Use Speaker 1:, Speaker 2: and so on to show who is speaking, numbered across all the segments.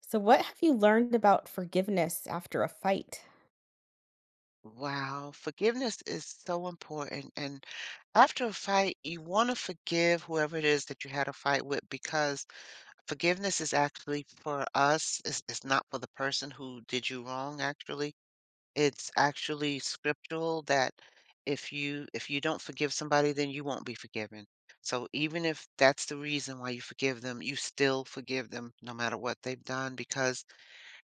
Speaker 1: So, what have you learned about forgiveness after a fight?
Speaker 2: Wow, forgiveness is so important. And after a fight, you want to forgive whoever it is that you had a fight with because forgiveness is actually for us. It's not for the person who did you wrong, actually. It's actually scriptural that if you don't forgive somebody, then you won't be forgiven. So even if that's the reason why you forgive them, you still forgive them no matter what they've done because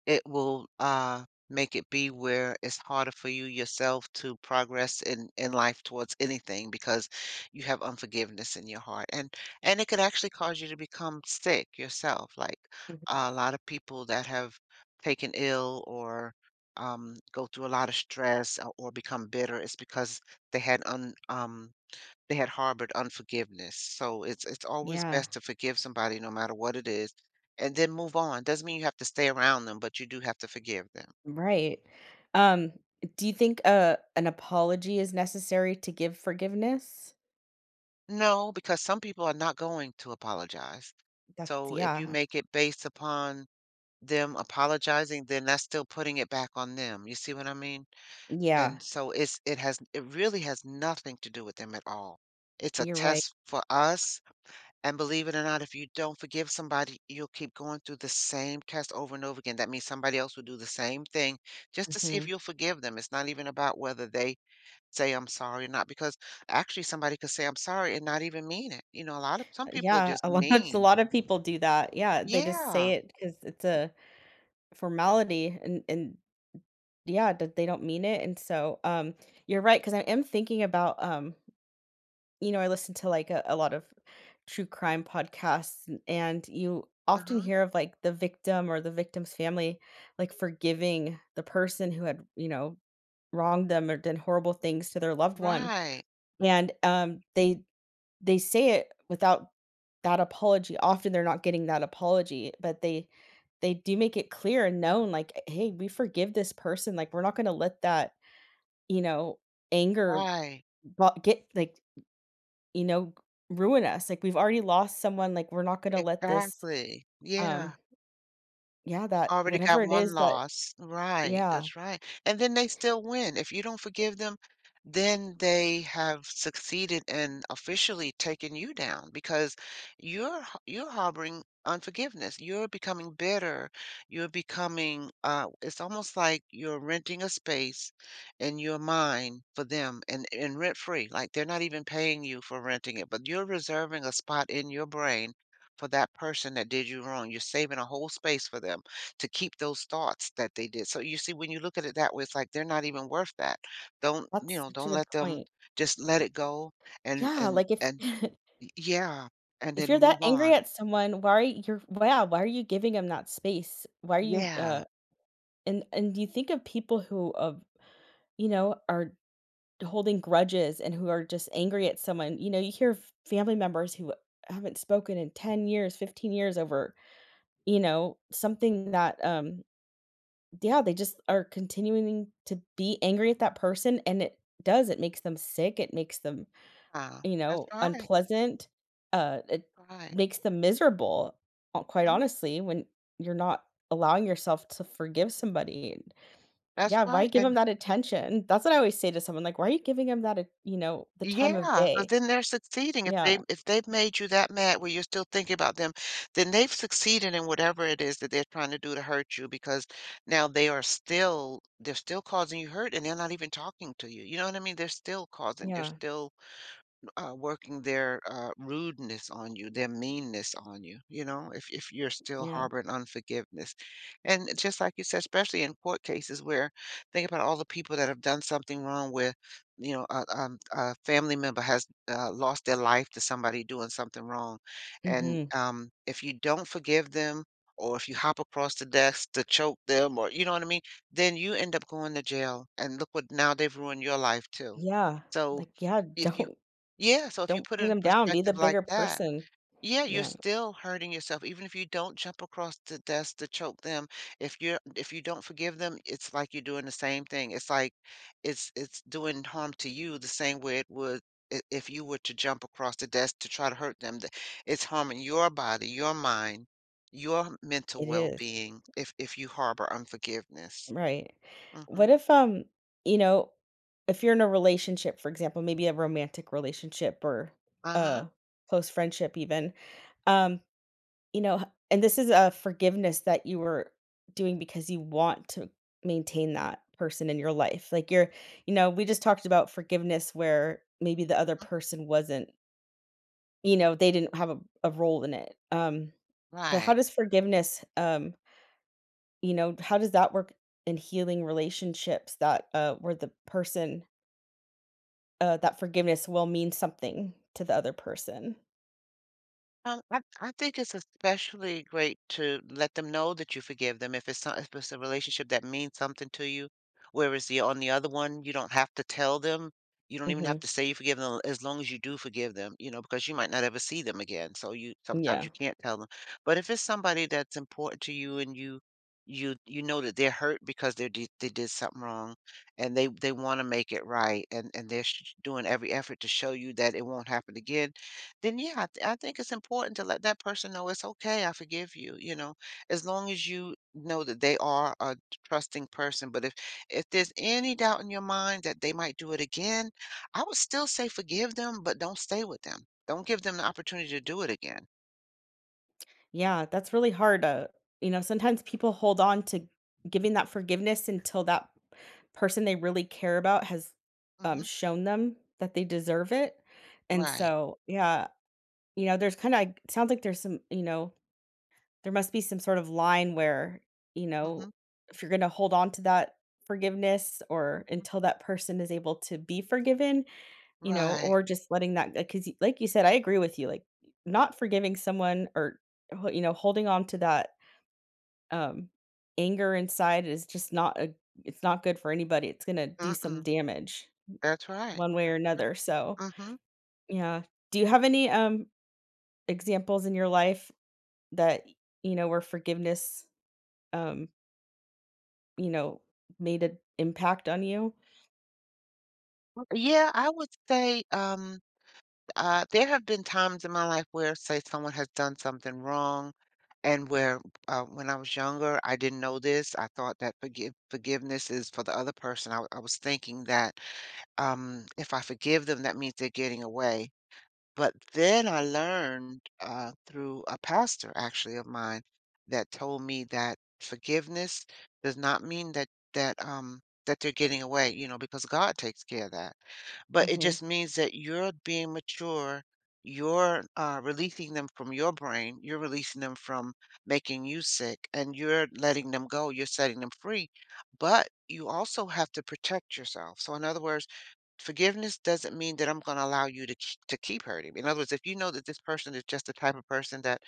Speaker 2: it will make it be where it's harder for you yourself to progress in life towards anything because you have unforgiveness in your heart and it could actually cause you to become sick yourself, like
Speaker 1: Mhm.
Speaker 2: a lot of people that have taken ill or go through a lot of stress or become bitter. It's because they had they had harbored unforgiveness. So it's always
Speaker 1: Yeah,
Speaker 2: best to forgive somebody no matter what it is and then move on. Doesn't mean you have to stay around them, but you do have to forgive them.
Speaker 1: right. Um, do you think an apology is necessary to give forgiveness?
Speaker 2: No, because some people are not going to apologize.
Speaker 1: That's
Speaker 2: So if you
Speaker 1: yeah,
Speaker 2: make it based upon them apologizing, then that's still putting it back on them. You see what I mean?
Speaker 1: yeah.
Speaker 2: And so it really has nothing to do with them at all. It's a
Speaker 1: You're right.
Speaker 2: test for us. And believe it or not, if you don't forgive somebody, you'll keep going through the same test over and over again. That means somebody else will do the same thing just to see
Speaker 1: Hmm.
Speaker 2: if you'll forgive them. It's not even about whether they say I'm sorry or not, because actually somebody could say I'm sorry and not even mean it. You know, a lot of some people are
Speaker 1: Yeah,
Speaker 2: just
Speaker 1: a
Speaker 2: mean.
Speaker 1: lot of people do that. Yeah, they just say
Speaker 2: Yeah.
Speaker 1: it because it's a formality, and yeah, that they don't mean it. And so, you're right because I am thinking about you know, I listen to like a lot of true crime podcasts, and you often
Speaker 2: Uh-huh.
Speaker 1: hear of like the victim or the victim's family like forgiving the person who had, you know, wronged them or done horrible things to their loved one.
Speaker 2: Right.
Speaker 1: And they say it without that apology. Often they're not getting that apology, but they do make it clear and known like, hey, we forgive this person, like we're not going to let that, you know, anger
Speaker 2: Right.
Speaker 1: get like, you know, ruin us. Like, we've already lost someone, like, we're not gonna let this,
Speaker 2: Exactly. Yeah.
Speaker 1: um yeah, that
Speaker 2: Already
Speaker 1: whatever
Speaker 2: got
Speaker 1: it
Speaker 2: 1
Speaker 1: is that
Speaker 2: loss. Right,
Speaker 1: yeah,
Speaker 2: that's right, and then they still win. If you don't forgive them, then they have succeeded in officially taking you down because you're harboring unforgiveness. You're becoming bitter. You're becoming, uh, it's almost like you're renting a space in your mind for them, and rent-free, like, they're not even paying you for renting it, but you're reserving a spot in your brain for that person that did you wrong. You're saving a whole space for them to keep those thoughts that they did. So you see, when you look at it that way, it's like they're not even worth that. Don't, you
Speaker 1: that's
Speaker 2: know,
Speaker 1: such a
Speaker 2: don't
Speaker 1: good
Speaker 2: let them
Speaker 1: point.
Speaker 2: just let it go and
Speaker 1: Yeah, like, if
Speaker 2: yeah, and
Speaker 1: if
Speaker 2: then
Speaker 1: you're that
Speaker 2: move
Speaker 1: angry
Speaker 2: on.
Speaker 1: at someone, why are you, you're wow, why are you giving 'em that space? Why are you,
Speaker 2: Yeah.
Speaker 1: and do you think of people who, you know, are holding grudges and who are just angry at someone? You know, you hear f family members who haven't spoken in 10 years, 15 years over, you know, something that, yeah, they just are continuing to be angry at that person, and it does, it makes them sick, it makes them,
Speaker 2: Ah,
Speaker 1: you
Speaker 2: that's
Speaker 1: know,
Speaker 2: right.
Speaker 1: unpleasant, it
Speaker 2: Right.
Speaker 1: makes them miserable, quite
Speaker 2: Mhm.
Speaker 1: honestly, when you're not allowing yourself to forgive somebody, and
Speaker 2: That's
Speaker 1: yeah, why
Speaker 2: right.
Speaker 1: give
Speaker 2: And
Speaker 1: them that attention? That's what I always say to someone, like, "Why are you giving them that at you know, the time of
Speaker 2: yeah, because
Speaker 1: day?"
Speaker 2: then they're succeeding. If they
Speaker 1: Yeah,
Speaker 2: if they've made you that mad where you're still thinking about them, then they've succeeded in whatever it is that they're trying to do to hurt you because now they're still causing you hurt and they're not even talking to you. You know what I mean? They're
Speaker 1: yeah,
Speaker 2: still working their rudeness on you, their meanness on you, you know, if you're still
Speaker 1: yeah,
Speaker 2: harboring unforgiveness. And it's just like you said, especially in court cases where think about all the people that have done something wrong where, you know, a family member has lost their life to somebody doing something wrong. And
Speaker 1: mhm,
Speaker 2: if you don't forgive them, or if you hop across the desk to choke them, or you know what I mean, then you end up going to jail. And look what now they've ruined your life too.
Speaker 1: yeah,
Speaker 2: So,
Speaker 1: like, yeah,
Speaker 2: if you yeah, so if you
Speaker 1: don't
Speaker 2: put it
Speaker 1: bring
Speaker 2: in
Speaker 1: them down, be the
Speaker 2: perspective like
Speaker 1: bigger
Speaker 2: that,
Speaker 1: person.
Speaker 2: yeah, you're
Speaker 1: Yeah,
Speaker 2: still hurting yourself even if you don't jump across the desk to choke them. If you don't forgive them, it's like you're doing the same thing. It's like it's doing harm to you the same way it would if you were to jump across the desk to try to hurt them. It's harming your body, your mind, your
Speaker 1: it
Speaker 2: mental
Speaker 1: is.
Speaker 2: well-being if you harbor unforgiveness.
Speaker 1: Right.
Speaker 2: Mhm.
Speaker 1: What if, you know, if you're in a relationship, for example, maybe a romantic relationship or
Speaker 2: Uh-huh.
Speaker 1: a close friendship, even, um, you know, and this is a forgiveness that you were doing because you want to maintain that person in your life. Like you're, you know, we just talked about forgiveness where maybe the other
Speaker 2: Mhm.
Speaker 1: person wasn't, you know, they didn't have a role in it. But how
Speaker 2: Right.
Speaker 1: does forgiveness, you know, how does that work in healing relationships that, where the person, that forgiveness will mean something to the other person?
Speaker 2: I think it's especially great to let them know that you forgive them if it's a relationship that means something to you. Whereas the on the other one, you don't have to tell them. You don't even have
Speaker 1: Mhm.
Speaker 2: to say you forgive them as long as you do forgive them, you know, because you might not ever see them again. So you sometimes
Speaker 1: Yeah.
Speaker 2: you can't tell them. But if it's somebody that's important to you and you know that they're hurt because they did something wrong and they want to make it right and they're doing every effort to show you that it won't happen again, then yeah, I think it's important to let that person know it's okay. I forgive you. You know, as long as you know that they are a trusting person. But if there's any doubt in your mind that they might do it again, I would still say forgive them, but don't stay with them. Don't give them the opportunity to do it again.
Speaker 1: Yeah, that's really hard to you know, sometimes people hold on to giving that forgiveness until that person they really care about has
Speaker 2: Hmm.
Speaker 1: shown them that they deserve it, and
Speaker 2: Right.
Speaker 1: so yeah, you know, there's kinda like sounds like there's some you know, there must be some sort of line where, you know,
Speaker 2: Hmm.
Speaker 1: if you're gonna hold on to that forgiveness or until that person is able to be forgiven, you know,
Speaker 2: Right.
Speaker 1: or just letting that. Because, like you said, I agree with you, like, not forgiving someone or, ho you know, holding on to that um, anger inside is just not a it's not good for anybody. It's gonna do some
Speaker 2: Mm-mm.
Speaker 1: damage
Speaker 2: That's right.
Speaker 1: one way or another. So,
Speaker 2: Hmm.
Speaker 1: yeah. Do you have any, examples in your life that, you know, where forgiveness, um, you know, made an impact on you?
Speaker 2: Yeah, I would say. There have been times in my life where, say, someone has done something wrong, and where when I was younger, I didn't know this. I thought that forgiveness is for the other person. I was thinking that if I forgive them, that means they're getting away. But then I learned, through a pastor actually of mine, that told me that forgiveness does not mean that that they're getting away, you know, because God takes care of that. But it
Speaker 1: Mhm,
Speaker 2: just means that you're being mature, you're, releasing them from your brain, you're releasing them from making you sick, and you're letting them go, you're setting them free. But you also have to protect yourself. So in other words, forgiveness doesn't mean that I'm gonna allow you to k to keep hurting me. In other words, if you know that this person is just the type of person that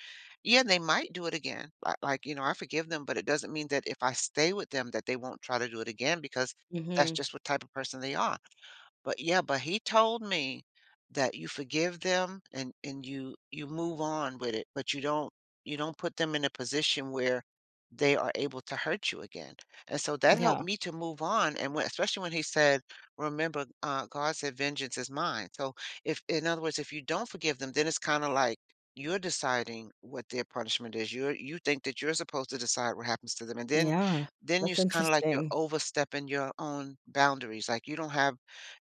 Speaker 2: yeah, they might do it again. Li Like, you know, I forgive them, but it doesn't mean that if I stay with them that they won't try to do it again because that's
Speaker 1: mhm.
Speaker 2: just what type of person they are. But yeah, but he told me that you forgive them and you move on with it, but you don't put them in a position where they are able to hurt you again. And so that helped
Speaker 1: Yeah.
Speaker 2: me to move on. And when, especially when he said, remember, God said, vengeance is mine. So if, in other words, if you don't forgive them, then it's kind of like you're deciding what their punishment is. You're, you think that you're supposed to decide what happens to them. And
Speaker 1: Yeah.
Speaker 2: then you're
Speaker 1: That's
Speaker 2: kind of like you're
Speaker 1: interesting.
Speaker 2: overstepping your own boundaries. Like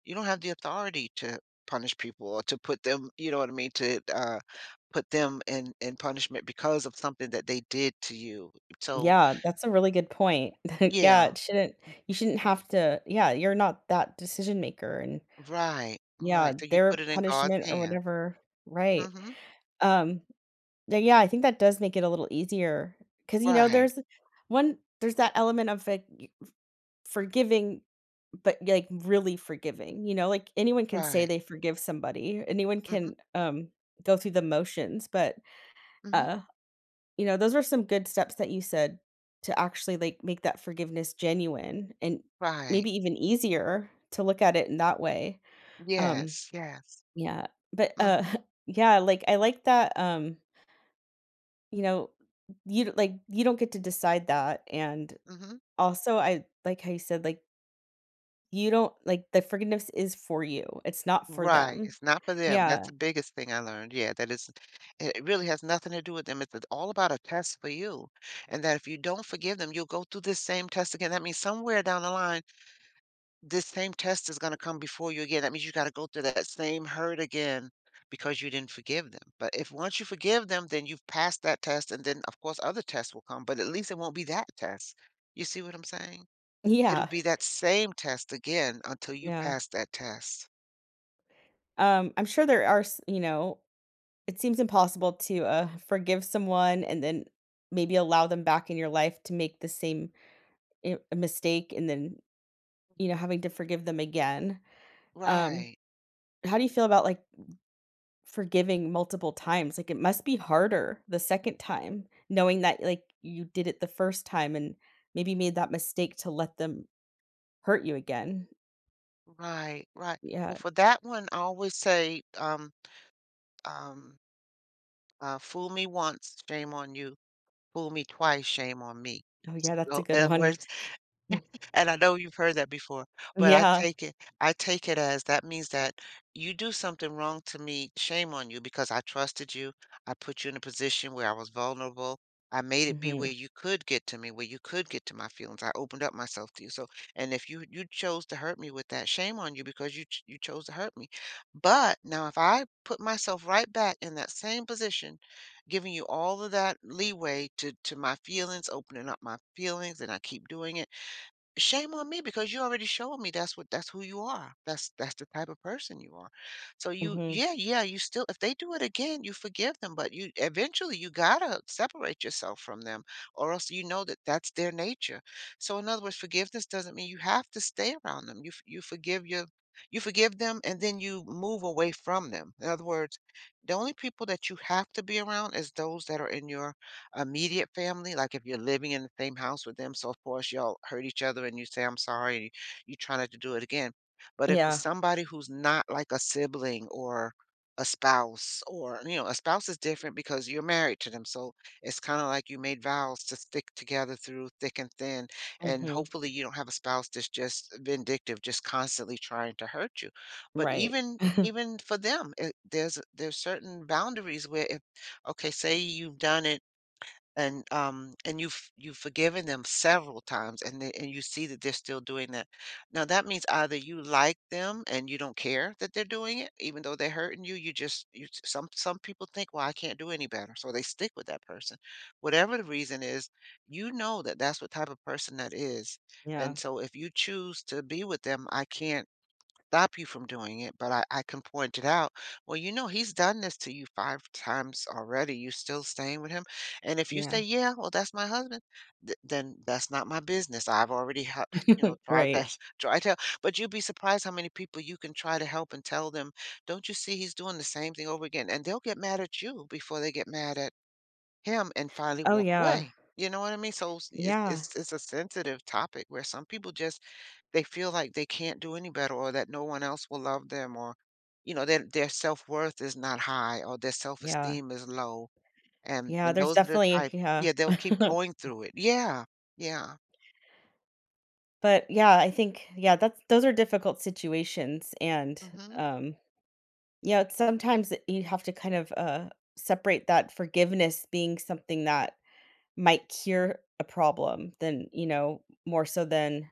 Speaker 2: you don't have the authority to punish people or to put them, you know what I mean, to put them in punishment because of something that they did to you. So
Speaker 1: Yeah, that's a really good point. Yeah,
Speaker 2: yeah,
Speaker 1: it shouldn't you shouldn't have to yeah, you're not that decision maker and
Speaker 2: right,
Speaker 1: yeah,
Speaker 2: right, so you
Speaker 1: their
Speaker 2: put it in God's
Speaker 1: punishment or
Speaker 2: hands.
Speaker 1: whatever. Right.
Speaker 2: Hmm.
Speaker 1: Um, Th yeah, I think that does make it a little easier because you know,
Speaker 2: Right.
Speaker 1: there's one there's that element of, like, y forgiving, but, like, really forgiving, you know, like, anyone can say
Speaker 2: Right.
Speaker 1: they forgive somebody, anyone can,
Speaker 2: Hmm.
Speaker 1: go through the motions, but,
Speaker 2: Hmm.
Speaker 1: uh, you know, those are some good steps that you said to actually, like, make that forgiveness genuine and
Speaker 2: Right.
Speaker 1: maybe even easier to look at it in that way. Um,
Speaker 2: Yes, yes.
Speaker 1: yeah, but,
Speaker 2: Hmm.
Speaker 1: yeah, like, I like that, you know, you d like, you don't get to decide that, and
Speaker 2: Hmm.
Speaker 1: also, I like how you said, like, you don't like, the forgiveness is for you, it's not for
Speaker 2: Right,
Speaker 1: them.
Speaker 2: it's not for them. That's
Speaker 1: Yeah.
Speaker 2: the biggest thing I learned. Yeah, that is it, it really has nothing to do with them. It's all about a test for you. And that if you don't forgive them, you'll go through this same test again. That means somewhere down the line, this same test is going to come before you again. That means you got to go through that same hurt again because you didn't forgive them. But if once you forgive them, then you've passed that test, and then of course other tests will come, but at least it won't be that test. You see what I'm saying? It'll
Speaker 1: Yeah.
Speaker 2: be that same test again until you
Speaker 1: Yeah.
Speaker 2: pass that test.
Speaker 1: I'm sure there are s you know, it seems impossible to, forgive someone and then maybe allow them back in your life to make the same I mistake and then, you know, having to forgive them again. Um,
Speaker 2: Right.
Speaker 1: how do you feel about, like, forgiving multiple times? Like, it must be harder the second time knowing that, like, you did it the first time and maybe made that mistake to let them hurt you again.
Speaker 2: Right, right. Well,
Speaker 1: Yeah.
Speaker 2: for that one, I always say, um, fool me once, shame on you. Fool me twice, shame on me.
Speaker 1: Oh, yeah, that's a
Speaker 2: Well,
Speaker 1: good
Speaker 2: in other
Speaker 1: one.
Speaker 2: words,
Speaker 1: Mm.
Speaker 2: and I know you've heard that before, but
Speaker 1: Yeah.
Speaker 2: I take it as that means that you do something wrong to me, shame on you because I trusted you. I put you in a position where I was vulnerable. I made it be
Speaker 1: Mhm.
Speaker 2: where you could get to me, where you could get to my feelings. I opened up myself to you. So, and if you chose to hurt me with that, shame on you because you you chose to hurt me. But now if I put myself right back in that same position, giving you all of that leeway to my feelings, opening up my feelings, and I keep doing it. Shame on me because you already showed me that's who you are. That's the type of person you are. So you,
Speaker 1: Mhm.
Speaker 2: yeah, yeah, you still, if they do it again, you forgive them, but you eventually you got to separate yourself from them or else you know that that's their nature. So in other words, forgiveness doesn't mean you have to stay around them. You forgive you forgive them and then you move away from them. In other words, the only people that you have to be around is those that are in your immediate family, like if you're living in the same house with them, so of course y'all hurt each other and you say, I'm sorry, and you try not to do it again. But if
Speaker 1: Yeah.
Speaker 2: it's somebody who's not like a sibling or a spouse, or you know, a spouse is different because you're married to them. So it's kind of like you made vows to stick together through thick and thin. And
Speaker 1: Mhm.
Speaker 2: hopefully you don't have a spouse that's just vindictive, just constantly trying to hurt you. But
Speaker 1: Right.
Speaker 2: even for them, it, there's certain boundaries where if, okay, say you've done it and and you've forgiven them several times and they, and you see that they're still doing that. Now that means either you like them and you don't care that they're doing it even though they're hurting you, you just you, some people think, well, I can't do any better, so they stick with that person, whatever the reason is. You know that that's what type of person that is,
Speaker 1: Yeah.
Speaker 2: and so if you choose to be with them, I can't stop you from doing it, but I can point it out. Well, you know, he's done this to you 5 times already. You still staying with him? And if you
Speaker 1: Yeah.
Speaker 2: say, yeah, well, that's my husband, then that's not my business. I've already, you know, tried
Speaker 1: Right.
Speaker 2: to try to. But you'd be surprised how many people you can try to help and tell them, don't you see he's doing the same thing over again? And they'll get mad at you before they get mad at him and finally
Speaker 1: Oh,
Speaker 2: walk
Speaker 1: yeah.
Speaker 2: away. You know what I mean? So it's
Speaker 1: Yeah.
Speaker 2: it's it's a sensitive topic where some people just they feel like they can't do any better or that no one else will love them or you know their self-worth is not high or their
Speaker 1: Yeah.
Speaker 2: self-esteem is low. And
Speaker 1: Yeah, there's
Speaker 2: those are the
Speaker 1: definitely
Speaker 2: type,
Speaker 1: yeah.
Speaker 2: yeah, they'll keep going through it. Yeah, yeah.
Speaker 1: But, yeah, I think yeah, that's those are difficult situations and,
Speaker 2: Hmm.
Speaker 1: um you know, it's sometimes that you have to kind of, separate that forgiveness being something that might cure a problem than, you know, more so than,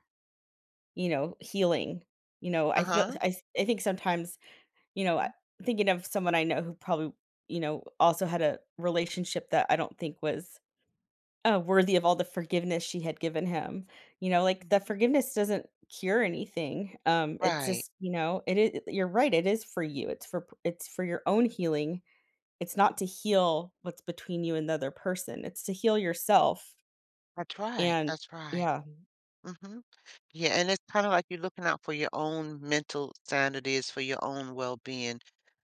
Speaker 1: you know, healing. You know, I feel
Speaker 2: Uh-huh.
Speaker 1: I think sometimes, you know, I thinking of someone I know who probably, you know, also had a relationship that I don't think was, worthy of all the forgiveness she had given him. You know, like, the
Speaker 2: Hmm.
Speaker 1: forgiveness doesn't cure anything. It's
Speaker 2: Right.
Speaker 1: just, you know, it is, you're right, it is for you. It's for your own healing, it's not to heal what's between you and the other person, it's to heal yourself,
Speaker 2: That's right,
Speaker 1: and
Speaker 2: that's right.
Speaker 1: yeah,
Speaker 2: Hmm. Yeah, and it's kind of like you're looking out for your own mental sanity, is for your own well-being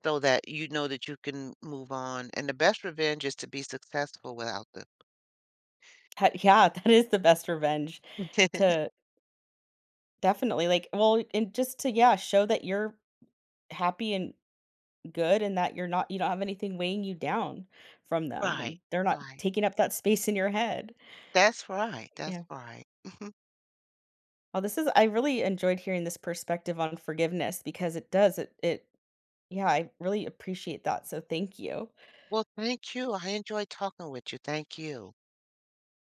Speaker 2: so that you know that you can move on. And the best revenge is to be successful without them.
Speaker 1: that yeah, that is the best revenge to definitely, like well, and just to, yeah, show that you're happy and good and that you're not you don't have anything weighing you down from them, and
Speaker 2: Right,
Speaker 1: they're not
Speaker 2: right.
Speaker 1: taking up that space in your head.
Speaker 2: That's right, that's
Speaker 1: Yeah.
Speaker 2: right.
Speaker 1: Well, this is I really enjoyed hearing this perspective on forgiveness because it does it it yeah, I really appreciate that, so thank you.
Speaker 2: Well, thank you. I enjoyed talking with you. Thank you.